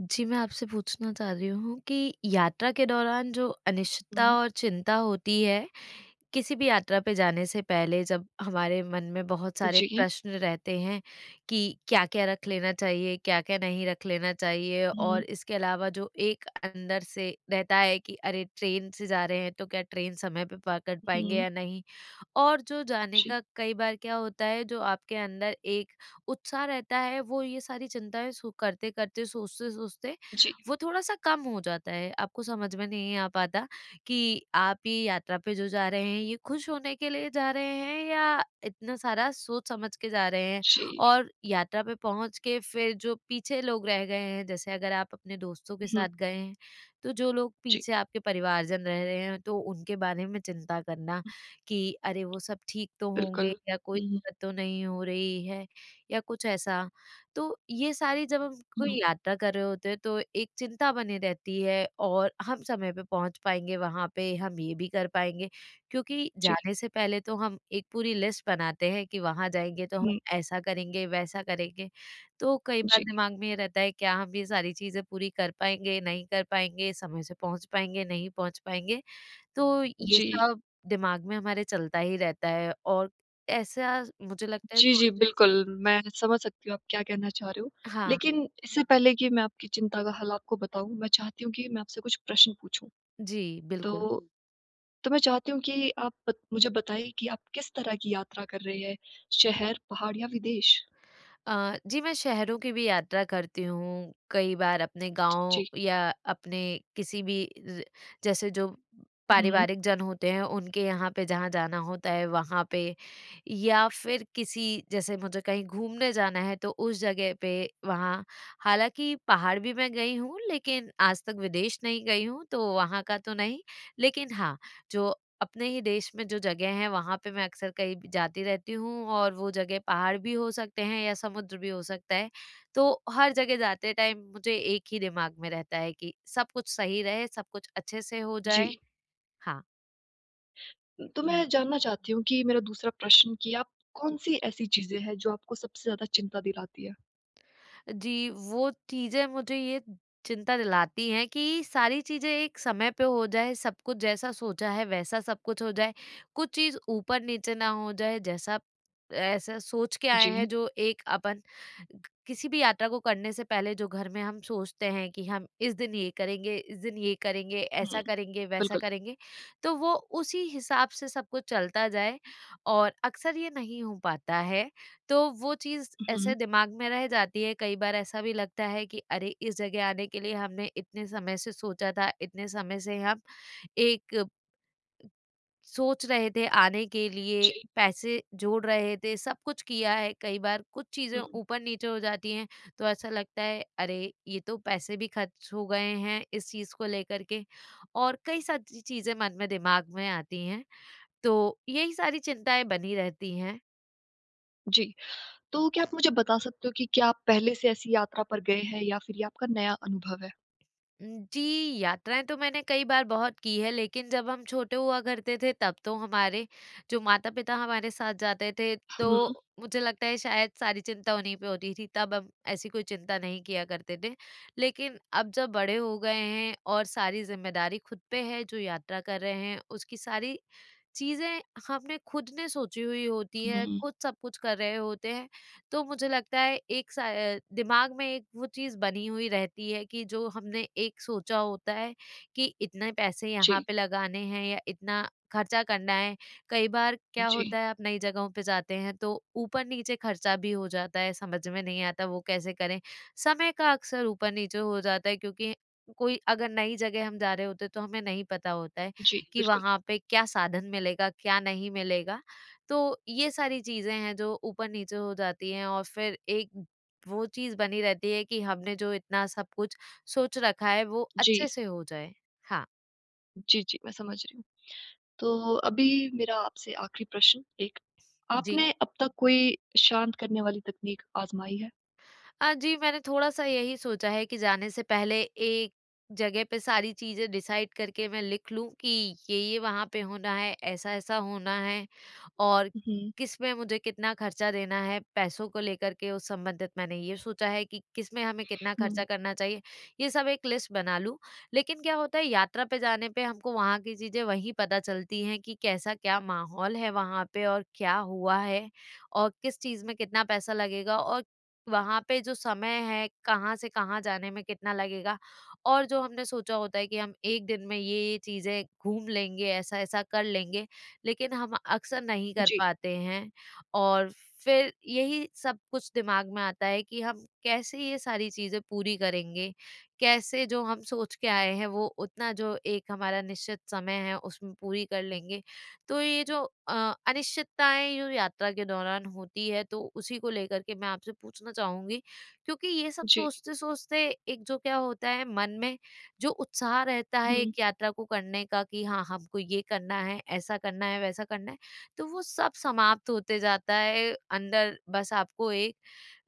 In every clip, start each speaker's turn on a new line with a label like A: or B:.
A: जी, मैं आपसे पूछना चाह रही हूँ कि यात्रा के दौरान जो अनिश्चितता
B: हुँ।
A: और चिंता होती है, किसी भी यात्रा पे जाने से पहले जब हमारे मन में बहुत सारे
B: जी।
A: प्रश्न रहते हैं कि क्या-क्या रख लेना चाहिए, क्या-क्या नहीं रख लेना चाहिए, और
B: हुँ,
A: इसके अलावा जो एक अंदर से रहता है कि अरे! ट्रेन से जा रहे हैं तो क्या ट्रेन समय पे पकड़ पाएँगे
B: हुँ।
A: या नहीं? और जो जाने
B: जी,
A: का कई बार क्या होता है, जो आपके अंदर एक उत्साह रहता है, वो ये सारी चिंताएं सो करते करते सोचते सोचते
B: जी,
A: वो थोड़ा सा कम हो जाता है। आपको समझ में नहीं आ पाता कि आप ये यात्रा पे जो जा रहे हैं, ये खुश होने के लिए जा रहे हैं या इतना सारा सोच समझ के जा रहे हैं।
B: जी।
A: और यात्रा पे पहुंच के फिर जो पीछे लोग रह गए हैं, जैसे अगर आप अपने दोस्तों के
B: हुँ,
A: साथ गए हैं, तो जो लोग
B: जी,
A: पीछे आपके परिवारजन रह रहे हैं तो उनके बारे में चिंता करना कि अरे वो सब ठीक तो होंगे
B: बिल्कुल।
A: या कोई
B: हुँ,
A: दिक्कत तो नहीं हो रही है, या कुछ ऐसा। तो ये सारी जब हम
B: हुँ, हुँ।
A: कोई यात्रा कर रहे होते हैं तो एक चिंता बनी रहती है, और हम समय पे पहुंच पाएंगे वहां पे, हम ये भी कर पाएंगे, क्योंकि
B: जी,
A: जाने से पहले तो हम एक पूरी लिस्ट बनाते हैं कि वहां जाएंगे तो हम
B: हुँ,
A: ऐसा करेंगे, वैसा करेंगे। तो कई बार
B: जी,
A: दिमाग में ये रहता है क्या हम ये सारी चीजें पूरी कर पाएंगे, नहीं कर पाएंगे, समय से पहुंच पाएंगे, नहीं पहुंच पाएंगे। तो ये
B: जी।
A: सब दिमाग में हमारे चलता ही रहता है, और ऐसा मुझे लगता है
B: जी, जी,
A: सोचने से।
B: बिल्कुल, मैं समझ सकती हूँ आप क्या कहना चाह रहे हो।
A: हाँ,
B: लेकिन इससे पहले कि मैं आपकी चिंता का हल आपको बताऊँ, मैं चाहती हूँ कि मैं आपसे कुछ प्रश्न पूछूँ।
A: जी,
B: तो
A: बिल्कुल।
B: तो मैं चाहती हूँ कि आप बत मुझे बताएँ कि आप किस तरह की यात्रा कर रहे हैं, शहर, पहाड़ या विदेश?
A: जी, मैं शहरों की भी यात्रा करती हूँ, कई बार अपने गाँव
B: जी।
A: या अपने किसी भी ज जैसे जो
B: हुँ,
A: पारिवारिक जन होते हैं, उनके यहाँ पे जहाँ जाना होता है, वहाँ पे, या फिर किसी जैसे मुझे कहीं घूमने जाना है, तो उस जगह पे वहाँ। हालाँकि पहाड़ भी मैं गई हूँ, लेकिन आज तक विदेश नहीं गई हूँ, तो वहाँ का तो नहीं। लेकिन हाँ, जो अपने ही देश में जो जगह हैं वहाँ पे मैं अक्सर कहीं भी जाती रहती हूँ, और वो जगह पहाड़ भी हो सकते हैं या समुद्र भी हो सकता है। तो हर जगह जाते टाइम मुझे एक ही दिमाग में रहता है कि सब कुछ सही रहे, सब कुछ अच्छे से हो
B: जी।
A: जाए। हाँ।
B: तो मैं जानना चाहती हूँ कि मेरा दूसरा प्रश्न कि आप कौन-सी ऐसी चीज़ें हैं जो आपको सबसे ज़्यादा चिंता दिलाती है?
A: जी, वो चीज़ें मुझे ये चिंता दिलाती हैं कि सारी चीज़ें एक समय पे हो जाए, सब कुछ जैसा सोचा है वैसा सब कुछ हो जाए, कुछ चीज़ ऊपर-नीचे ना हो जाए, जैसा ऐसा सोच के आए हैं
B: जी।
A: जो एक अपन किसी भी यात्रा को करने से पहले जो घर में हम सोचते हैं कि हम इस दिन ये करेंगे, इस दिन ये करेंगे,
B: हुँ,
A: ऐसा करेंगे, वैसा
B: बिल्कुल।
A: करेंगे, तो वो उसी हिसाब से सब कुछ चलता जाए, और अक्सर ये नहीं हो पाता है। तो वो चीज़
B: हुँ,
A: ऐसे दिमाग में रह जाती है। कई बार ऐसा भी लगता है कि अरे! इस जगह आने के लिए हमने इतने समय से सोचा था, इतने समय से हम एक सोच रहे थे आने के लिए,
B: जी।
A: पैसे जोड़ रहे थे, सब कुछ किया है। कई बार कुछ चीज़ें
B: हुँ,
A: ऊपर-नीचे हो जाती हैं, तो ऐसा लगता है अरे! ये तो पैसे भी खर्च हो गए हैं इस चीज़ को लेकर के, और कई सारी चीज़ें मन में दिमाग में आती हैं। तो यही सारी चिंताएँ बनी रहती हैं।
B: जी। तो क्या आप मुझे बता सकते हो कि क्या आप पहले से ऐसी यात्रा पर गए हैं या फिर ये आपका नया अनुभव है?
A: जी, यात्राएँ तो मैंने कई बार बहुत की है, लेकिन जब हम छोटे हुआ करते थे तब तो हमारे जो माता-पिता हमारे साथ जाते थे,
B: हुँ,
A: तो मुझे लगता है शायद सारी चिंता उन्हीं पे होती थी, तब हम ऐसी कोई चिंता नहीं किया करते थे। लेकिन अब जब बड़े हो गए हैं और सारी ज़िम्मेदारी खुद पे है, जो यात्रा कर रहे हैं, उसकी सारी चीज़ें हमने खुद ने सोची हुई होती है,
B: हुँ।
A: खुद सब कुछ कर रहे होते हैं, तो मुझे लगता है एक सा दिमाग में एक वो चीज़ बनी हुई रहती है कि जो हमने एक सोचा होता है कि इतने पैसे यहाँ
B: जी,
A: पे लगाने हैं या इतना खर्चा करना है। कई बार क्या होता
B: जी,
A: है आप नई जगहों पे जाते हैं तो ऊपर-नीचे खर्चा भी हो जाता है, समझ में नहीं आता वो कैसे करें। समय का अक्सर ऊपर-नीचे हो जाता है, क्योंकि कोई अगर नई जगह हम जा रहे होते हैं तो हमें नहीं पता होता है
B: जी,
A: कि
B: बिल्कुल।
A: वहाँ पे क्या साधन मिलेगा, क्या नहीं मिलेगा। तो ये सारी चीज़ें हैं जो ऊपर-नीचे हो जाती हैं, और फिर एक वो चीज़ बनी रहती है कि हमने जो इतना सब कुछ सोच रखा है वो
B: जी,
A: अच्छे से हो जाए। हाँ,
B: जी, जी, मैं समझ रही हूँ। तो अभी मेरा आपसे आखिरी प्रश्न एक,
A: जी।
B: आपने अब तक कोई शांत करने वाली तकनीक आज़माई है?
A: जी, मैंने थोड़ा-सा यही सोचा है कि जाने से पहले एक जगह पे सारी चीज़ें डिसाइड करके मैं लिख लूँ कि ये-ये वहाँ पे होना है, ऐसा-ऐसा होना है, और
B: हुँ,
A: किसमें मुझे कितना खर्चा देना है, पैसों को लेकर के उस संबंधित मैंने ये सोचा है कि किसमें हमें कितना
B: हुँ।
A: खर्चा करना चाहिए, ये सब एक लिस्ट बना लूँ। लेकिन क्या होता है यात्रा पे जाने पे हमको वहाँ की चीज़ें वहीं पता चलती हैं कि कैसा क्या माहौल है वहाँ पे और क्या हुआ है, और किस चीज़ में कितना पैसा लगेगा, और वहाँ पे जो समय है कहाँ से कहाँ जाने में कितना लगेगा, और जो हमने सोचा होता है कि हम एक दिन में ये चीज़ें घूम लेंगे, ऐसा-ऐसा कर लेंगे, लेकिन हम अक्सर नहीं कर
B: जी,
A: पाते हैं, और फिर यही सब कुछ दिमाग में आता है कि हम कैसे ये सारी चीज़ें पूरी करेंगे? कैसे जो हम सोच के आए हैं वो उतना जो एक हमारा निश्चित समय है उसमें पूरी कर लेंगे? तो ये जो अ, अनिश्चितताएँ जो यात्रा के दौरान होती है, तो उसी को लेकर के मैं आपसे पूछना चाहूँगी, क्योंकि ये सब
B: जी।
A: सोचते-सोचते एक जो क्या होता है मन में, जो उत्साह रहता है
B: हुँ।
A: एक यात्रा को करने का कि हाँ, हमको ये करना है, ऐसा करना है, वैसा करना है, तो वो सब समाप्त होते जाता है। अंदर बस आपको एक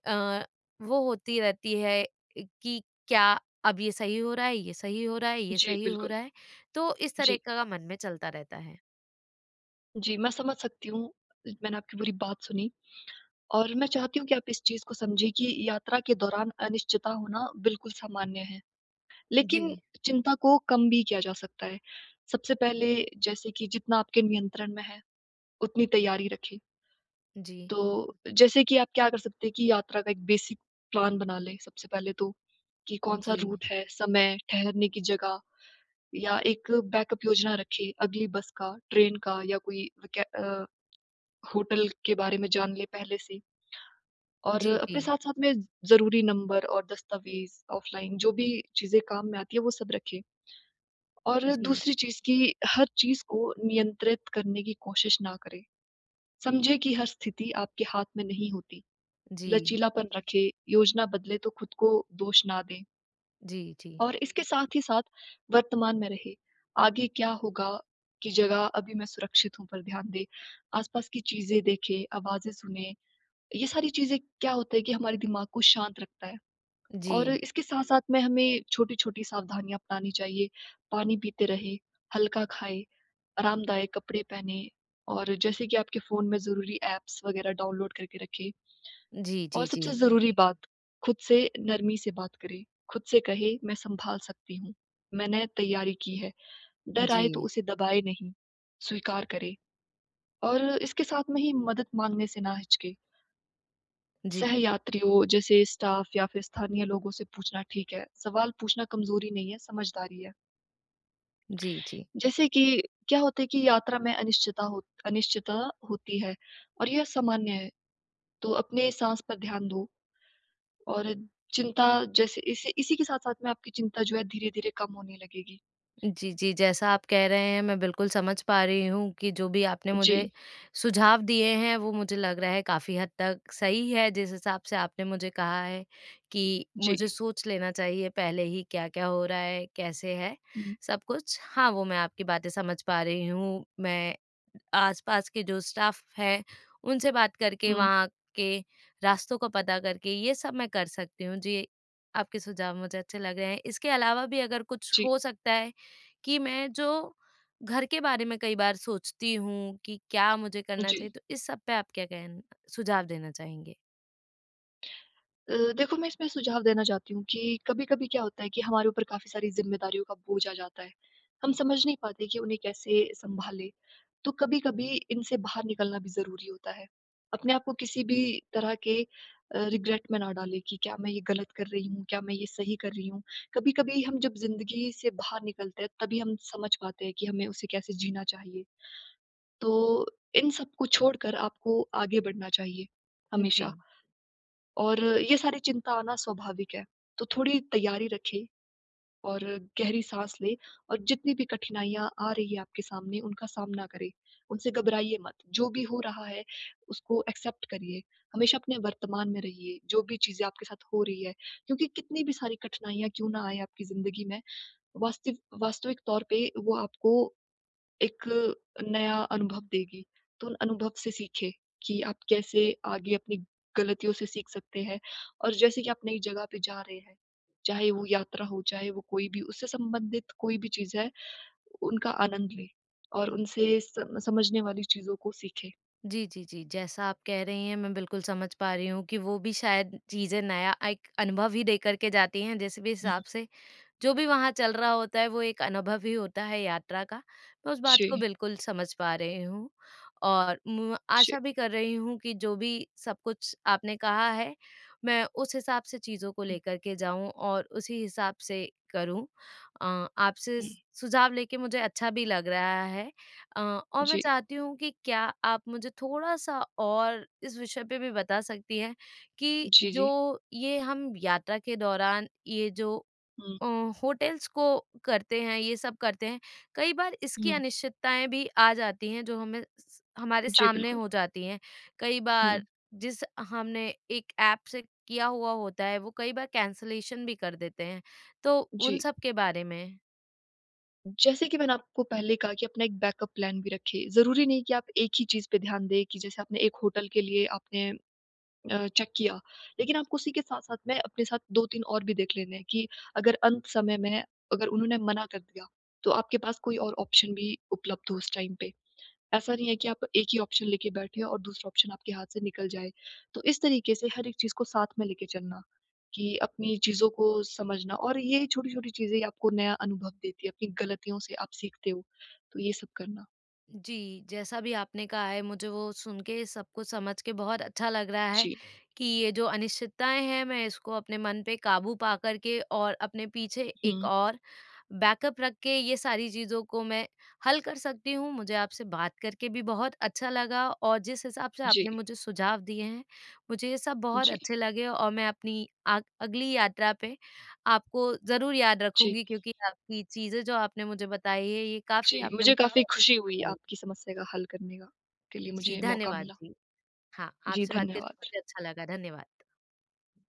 A: अ, वो होती रहती है कि क्या अब ये सही हो रहा है, ये सही हो रहा है, ये
B: जी,
A: सही हो
B: बिल्कुल।
A: रहा है, तो इस तरह
B: जी,
A: का मन में चलता रहता है।
B: जी, मैं समझ सकती हूँ। मैंने आपकी पूरी बात सुनी और मैं चाहती हूँ कि आप इस चीज़ को समझें कि यात्रा के दौरान अनिश्चितता होना बिल्कुल सामान्य है,
A: जी।
B: लेकिन चिंता को कम भी किया जा सकता है। सबसे पहले जैसे कि जितना आपके नियंत्रण में है, उतनी तैयारी रखें।
A: जी,
B: तो जैसे कि आप क्या कर सकते हैं कि यात्रा का एक बेसिक प्लान बना लें सबसे पहले तो, कि कौन-सा
A: जी,
B: रूट है, समय, ठहरने की जगह या एक बैकअप योजना रखें अगली बस का, ट्रेन का या कोई वैके अ होटल के बारे में जान लें पहले से और
A: जी, जी,
B: अपने साथ-साथ में ज़रूरी नंबर और दस्तावेज़, ऑफ़लाइन जो भी चीज़ें काम में आती है वो सब रखें। और
A: जी,
B: दूसरी चीज़ कि हर चीज़ को नियंत्रित करने की कोशिश ना करें। समझें कि हर स्थिति आपके हाथ में नहीं होती।
A: जी,
B: लचीलापन रखें, योजना बदले तो खुद को दोष ना दें
A: जी, जी,
B: और इसके साथ ही साथ वर्तमान में रहें। आगे क्या होगा की जगह अभी मैं सुरक्षित हूँ पर ध्यान दें। आस-पास की चीज़ें देखें, आवाज़ें सुनें ये सारी चीज़ें क्या होता है कि हमारे दिमाग को शांत रखता है
A: जी,
B: और इसके साथ-साथ में हमें छोटी-छोटी सावधानियाँ अपनानी चाहिए। पानी पीते रहें, हल्का खाएँ, आरामदायक कपड़े पहने और जैसे कि आपके फ़ोन में ज़रूरी ऐप्स वगैरह डाउनलोड करके रखें
A: जी,
B: और
A: जी,
B: सबसे ज़रूरी बात, खुद से नरमी से बात करें। खुद से कहें, "मैं सँभाल सकती हूँ, मैंने तैयारी की है।" डर
A: जी,
B: आए तो उसे दबाएँ नहीं, स्वीकार करें और इसके साथ में ही मदद माँगने से ना हिचकें।
A: जी, जी, जी,
B: सहयात्रियों जैसे स्टाफ या फिर स्थानीय लोगों से पूछना ठीक है। सवाल पूछना कमज़ोरी नहीं है, समझदारी है।
A: जी, जी। जी
B: जैसे कि क्या होता है कि यात्रा में अनिश्चिता हो अनिश्चितता होती है और यह सामान्य है। तो अपने साँस पर ध्यान दो और चिंता जैसे इसी इसी के साथ-साथ में आपकी चिंता जो है धीरे-धीरे कम होने लगेगी।
A: जी, जी। जैसा आप कह रहे हैं मैं बिल्कुल समझ पा रही हूँ कि जो भी आपने मुझे
B: जी,
A: सुझाव दिए हैं वो मुझे लग रहा है काफ़ी हद तक सही है। जिस हिसाब से आपने मुझे कहा है कि
B: जी।
A: मुझे सोच लेना चाहिए पहले ही क्या-क्या हो रहा है, कैसे है
B: हुँ,
A: सब कुछ। हाँ, वो मैं आपकी बातें समझ पा रही हूँ। मैं आस-पास के जो स्टाफ है उनसे बात करके,
B: हुँ।
A: वहाँ के रास्तों को पता करके ये सब मैं कर सकती हूँ। जी, आपके सुझाव मुझे अच्छे लग रहे हैं। इसके अलावा भी अगर कुछ
B: जी,
A: हो सकता है कि मैं जो घर के बारे में कई बार सोचती हूँ कि क्या मुझे करना
B: जी।
A: चाहिए, तो इस सब पे आप क्या कहन सुझाव देना चाहेंगे?
B: देखो मैं इसमें सुझाव देना चाहती हूँ कि कभी-कभी क्या होता है कि हमारे ऊपर काफ़ी सारी ज़िम्मेदारियों का बोझ आ जाता है। हम समझ नहीं पाते कि उन्हें कैसे सँभालें। तो कभी-कभी इनसे बाहर निकलना भी ज़रूरी होता है। अपने आप को किसी भी तरह के रिग्रेट में ना डालें कि क्या मैं ये गलत कर रही हूँ? क्या मैं ये सही कर रही हूँ? कभी-कभी हम जब ज़िंदगी से बाहर निकलते हैं तभी हम समझ पाते हैं कि हमें उसे कैसे जीना चाहिए। तो इन सब को छोड़कर आपको आगे बढ़ना चाहिए,
A: जी।
B: हमेशा। और ये सारी चिंता आना स्वाभाविक है, तो थोड़ी तैयारी रखें और गहरी साँस लें और जितनी भी कठिनाइयाँ आ रही है आपके सामने, उनका सामना करें। उनसे घबराइए मत, जो भी हो रहा है, उसको एक्सेप्ट करिए। हमेशा अपने वर्तमान में रहिए, जो भी चीज़ें आपके साथ हो रही है, क्योंकि कितनी भी सारी कठिनाइयाँ क्यों ना आएँ आपकी ज़िंदगी में, वास्तविक वास्तविक तौर पे वो आपको एक नया अनुभव देगी। तो उन अनुभव से सीखें कि आप कैसे आगे अपनी गलतियों से सीख सकते हैं और जैसे कि आप नई जगह पे जा रहे हैं, चाहे वो यात्रा हो, चाहे वो कोई भी उससे संबंधित कोई भी चीज़ है, उनका आनंद लें और
A: हुँ।
B: उनसे सम समझने वाली चीज़ों को सीखें।
A: जी, जी, जी। जैसा आप कह रही हैं मैं बिल्कुल समझ पा रही हूँ कि वो भी शायद चीज़ें नया एक अनुभव ही देकर के जाती हैं, जिस भी
B: हुँ,
A: हिसाब से जो भी वहाँ चल रहा होता है वो एक अनुभव ही होता है यात्रा का। मैं उस बात को
B: जी,
A: बिल्कुल समझ पा रही हूँ, और म
B: जी।
A: आशा भी कर रही हूँ कि जो भी सब कुछ आपने कहा है, मैं उस हिसाब से चीज़ों को
B: हुँ,
A: लेकर के जाऊँ और उसी हिसाब से करूँ। आपसे
B: हुँ,
A: स सुझाव लेके मुझे अच्छा भी लग रहा है, और मैं
B: जी,
A: चाहती हूँ कि क्या आप मुझे थोड़ा-सा और इस विषय पे भी बता सकती हैं कि
B: जी,
A: जो
B: जी।
A: ये हम यात्रा के दौरान ये जो
B: हुँ,
A: अ, होटल्स को करते हैं, ये सब करते हैं। कई बार इसकी
B: हुँ।
A: अनिश्चितताएँ भी आ जाती हैं जो हमें स हमारे
B: जी,
A: सामने
B: बिल्कुल।
A: हो जाती हैं। कई
B: हुँ,
A: बार जिस हमने एक ऐप से किया हुआ होता है वो कई बार कैंसलेशन भी कर देते हैं। तो उन
B: जी।
A: सब के बारे में?
B: जैसे कि मैंने आपको पहले कहा कि अपना एक बैकअप प्लान भी रखें। ज़रूरी नहीं कि आप एक ही चीज़ पे ध्यान दें कि जैसे आपने एक होटल के लिए आपने चेक किया, लेकिन आपको उसी के साथ-साथ में अपने साथ 2-3 और भी देख लेने हैं कि अगर अंत समय में अगर उन्होंने मना कर दिया, तो आपके पास कोई और ऑप्शन भी उपलब्ध हो उस टाइम पे। ऐसा नहीं है कि आप एक ही ऑप्शन लेके बैठे और दूसरा ऑप्शन आपके हाथ से निकल जाए। तो इस तरीके से हर एक चीज़ को साथ में लेके चलना, कि अपनी चीज़ों को समझना और ये छोटी-छोटी चीज़ें आपको नया अनुभव देती है, अपनी गलतियों से आप सीखते हो। तो ये सब करना।
A: जी, जैसा भी आपने कहा है मुझे वो सुन के सब कुछ समझ के बहुत अच्छा लग रहा है
B: जी।
A: कि ये जो अनिश्चितताएँ हैं मैं इसको अपने मन पे काबू पा कर के और अपने पीछे एक
B: हुँ।
A: और बैकअप रख के ये सारी चीज़ों को मैं हल कर सकती हूँ। मुझे आपसे बात करके भी बहुत अच्छा लगा, और जिस हिसाब से
B: जी।
A: आपने मुझे सुझाव दिए हैं, मुझे ये सब बहुत
B: जी।
A: अच्छे लगे, और मैं अपनी आग अगली यात्रा पे आपको ज़रूर याद
B: जी।
A: रखूँगी, क्योंकि आपकी चीज़ें जो आपने मुझे बताई है, ये
B: जी,
A: काफ़ी आपने
B: मुझे
A: मुझे
B: काफ़ी
A: बहुत
B: खुशी
A: अच्छी
B: हुई
A: बताई।
B: आपकी समस्या का हल करने का के लिए
A: जी,
B: मुझे मौका
A: धन्यवाद
B: मिला।
A: जी। हाँ,
B: जी,
A: आपसे बात करके
B: धन्यवाद।
A: मुझे अच्छा लगा। धन्यवाद।